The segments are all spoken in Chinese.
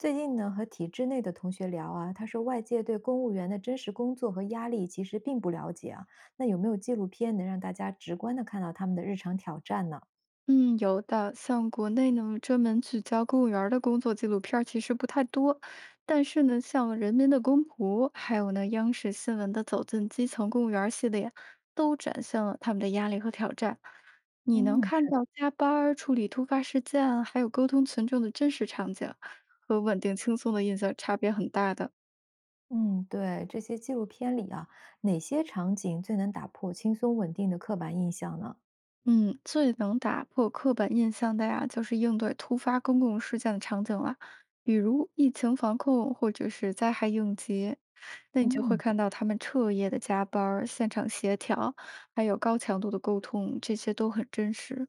最近呢，和体制内的同学聊啊，他说外界对公务员的真实工作和压力其实并不了解啊。那有没有纪录片能让大家直观的看到他们的日常挑战呢？嗯，有的。像国内呢，专门聚焦公务员儿的工作纪录片儿其实不太多，但是呢，像《人民的公仆》，还有呢央视新闻的《走进基层公务员儿》系列，都展现了他们的压力和挑战。你能嗯，看是到的。加班儿处理突发事件，还有沟通群众的真实场景，和稳定轻松的印象差别很大的。嗯，对，这些纪录片里啊，哪些场景最能打破轻松稳定的刻板印象呢？嗯，最能打破刻板印象的呀，就是应对突发公共事件的场景了，比如疫情防控或者是灾害应急，那你就会嗯看到他们彻夜的加班儿、现场协调，还有高强度的沟通，这些都很真实。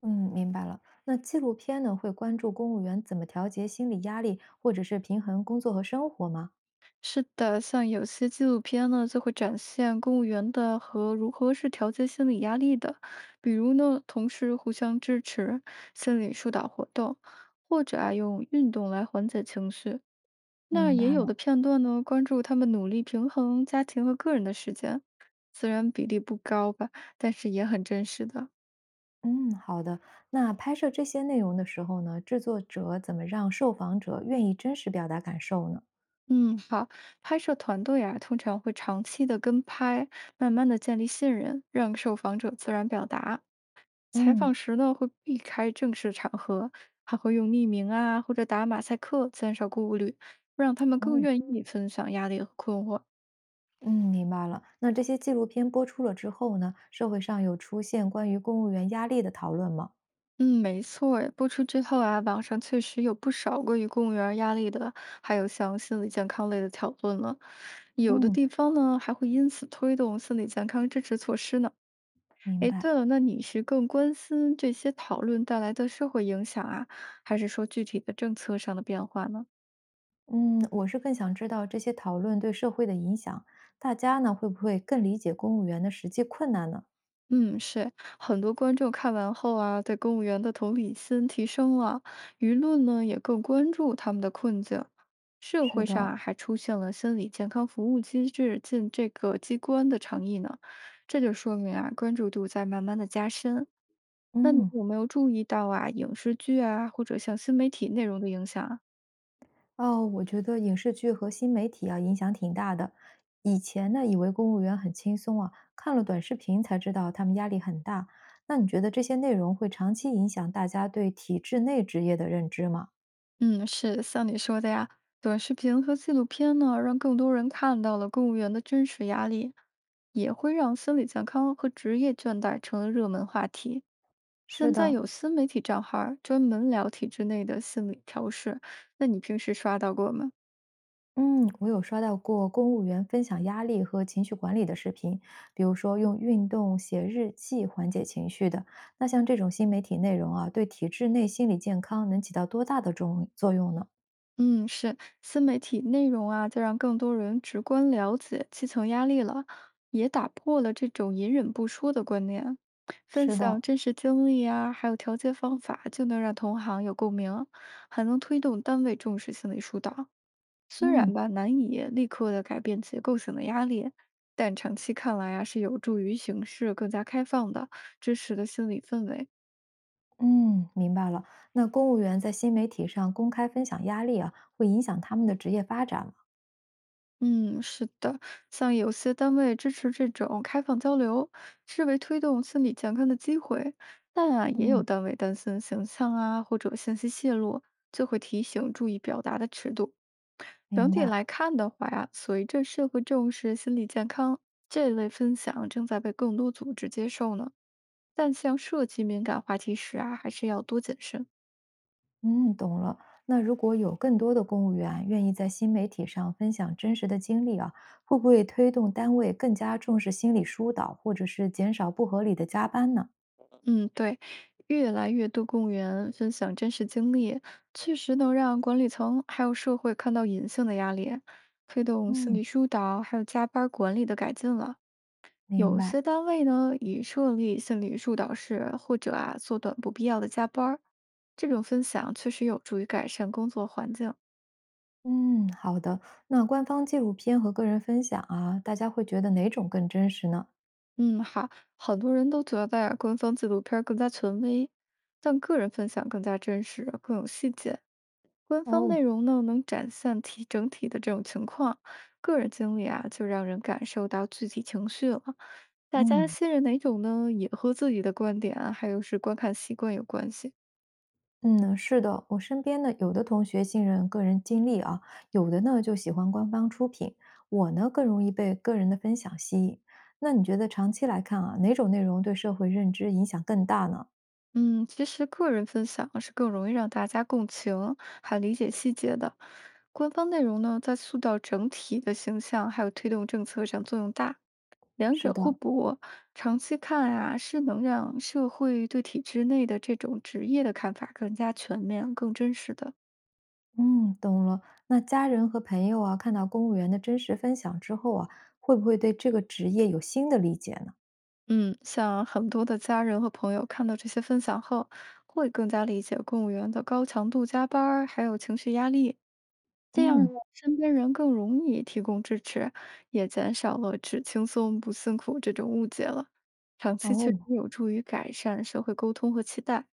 嗯，明白了。那纪录片呢，会关注公务员怎么调节心理压力，或者是平衡工作和生活吗？是的，像有些纪录片呢，就会展现公务员的和如何是调节心理压力的，比如呢，同事互相支持、心理疏导活动，或者啊，用运动来缓解情绪。那明白。也有的片段呢，关注他们努力平衡家庭和个人的时间，虽然比例不高吧，但是也很真实的。嗯，好的。那拍摄这些内容的时候呢，制作者怎么让受访者愿意真实表达感受呢？嗯，好，拍摄团队啊，通常会长期的跟拍，慢慢的建立信任，让受访者自然表达。采嗯。访时呢，会避开正式场合，还会用匿名啊或者打马赛克，减少顾虑，让他们更哦，愿意分享压力和困惑。嗯，明白了。那这些纪录片播出了之后呢，社会上有出现关于公务员压力的讨论吗？嗯，没错儿。播出之后啊，网上确实有不少关于公务员儿压力的，还有像心理健康类的讨论了。有的嗯，地方呢，还会因此推动心理健康支持措施呢。明哎，白。对了，那你是更关心这些讨论带来的社会影响啊，还是说具体的政策上的变化呢？嗯，我是更想知道这些讨论对社会的影响，大家呢会不会更理解公务员的实际困难呢？嗯，是很多观众看完后啊，对公务员的同理心提升了，舆论呢也更关注他们的困境。社是会上的。啊还出现了心理健康服务机制进这个机关的倡议呢，这就说明啊关注度在慢慢的加深。那你嗯。有没有注意到啊影视剧啊或者像新媒体内容的影响啊？哦，我觉得影视剧和新媒体啊影响挺大的。以前呢，以为公务员很轻松啊，看了短视频才知道他们压力很大。那你觉得这些内容会长期影响大家对体制内职业的认知吗？嗯，是像你说的呀，短视频和纪录片呢，让更多人看到了公务员的真实压力，也会让心理健康和职业倦怠成了热门话题。是现在的。有新媒体账号儿专门聊体制内的心理调试，那你平时刷到过吗？嗯，我有刷到过公务员分享压力和情绪管理的视频，比如说用运动、写日记缓解情绪的。那像这种新媒体内容啊，对体制内心理健康能起到多大的作用呢？嗯，是，新媒体内容啊，就让更多人直观了解基层压力了，也打破了这种隐忍不说的观念。分是享的。真实经历啊，还有调节方法，就能让同行有共鸣，还能推动单位重视心理疏导。虽嗯，然吧，难以立刻的改变结构性的压力，但长期看来啊，是有助于形势更加开放的、支持的心理氛围。嗯,明白了。那公务员在新媒体上公开分享压力啊，会影响他们的职业发展吗？嗯，是的，像有些单位支持这种开放交流，视为推动心理健康的机会，但啊，也有嗯，单位担心形象啊或者信息泄露，就会提醒注意表达的尺度。整明体白。来看的话呀，随着社会重视心理健康，这类分享正在被更多组织接受呢。但像涉及敏感话题时啊，还是要多谨慎。嗯，懂了。那如果有更多的公务员愿意在新媒体上分享真实的经历啊，会不会推动单位更加重视心理疏导，或者是减少不合理的加班呢？嗯，对，越来越多公务员分享真实经历，确实能让管理层还有社会看到隐性的压力，推动心嗯，理疏导还有加班儿管理的改进了。明有白。些单位呢，已设立心理疏导室，或者啊缩短不必要的加班儿。这种分享确实有助于改善工作环境。嗯，好的。那官方纪录片和个人分享啊，大家会觉得哪种更真实呢？嗯，好，很多人都觉得官方纪录片儿更加权威，但个人分享更加真实，更有细节。官方内哦。容呢，能展现体整体的这种情况，个人经历啊，就让人感受到具体情绪了。大家嗯。信任哪种呢，也和自己的观点啊，还有是观看习惯有关系。嗯，是的，我身边呢，有的同学信任个人经历啊，有的呢就喜欢官方出品，我呢更容易被个人的分享吸引。那你觉得长期来看啊，哪种内容对社会认知影响更大呢？嗯，其实个人分享是更容易让大家共情，还理解细节的。官方内容呢，在塑造整体的形象，还有推动政策上作用大。两是者的。互补，长期看啊，是能让社会对体制内的这种职业的看法更加全面、更真实的。嗯，懂了。那家人和朋友啊，看到公务员的真实分享之后啊，会不会对这个职业有新的理解呢？嗯，像很多的家人和朋友看到这些分享后，会更加理解公务员的高强度加班儿，还有情绪压力。这样呢嗯。身边人更容易提供支持，也减少了只轻松不辛苦这种误解了。长期确哦。实有助于改善社会沟通和期待。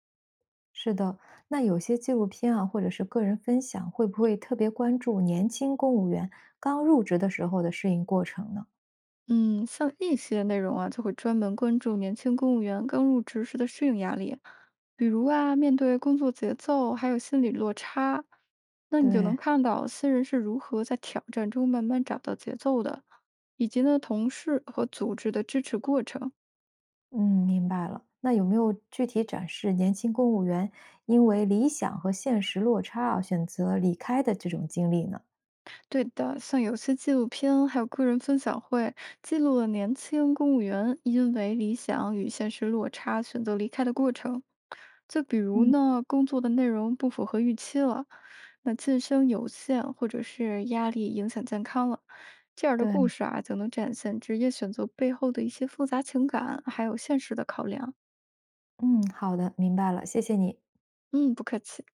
是的，那有些纪录片啊，或者是个人分享，会不会特别关注年轻公务员刚入职的时候的适应过程呢？嗯，像一些内容啊，就会专门关注年轻公务员刚入职时的适应压力，比如啊，面对工作节奏还有心理落差，那你就能对。看到新人是如何在挑战中慢慢找到节奏的，以及呢，同事和组织的支持过程。嗯，明白了。那有没有具体展示年轻公务员因为理想和现实落差啊，选择离开的这种经历呢？对的，像有些纪录片还有个人分享会，记录了年轻公务员因为理想与现实落差选择离开的过程。就比如嗯，呢，工作的内容不符合预期了，那晋升有限，或者是压力影响健康了，这样的对。故事啊，就能展现职业选择背后的一些复杂情感，还有现实的考量。嗯，好的，明白了，谢谢你。嗯，不客气。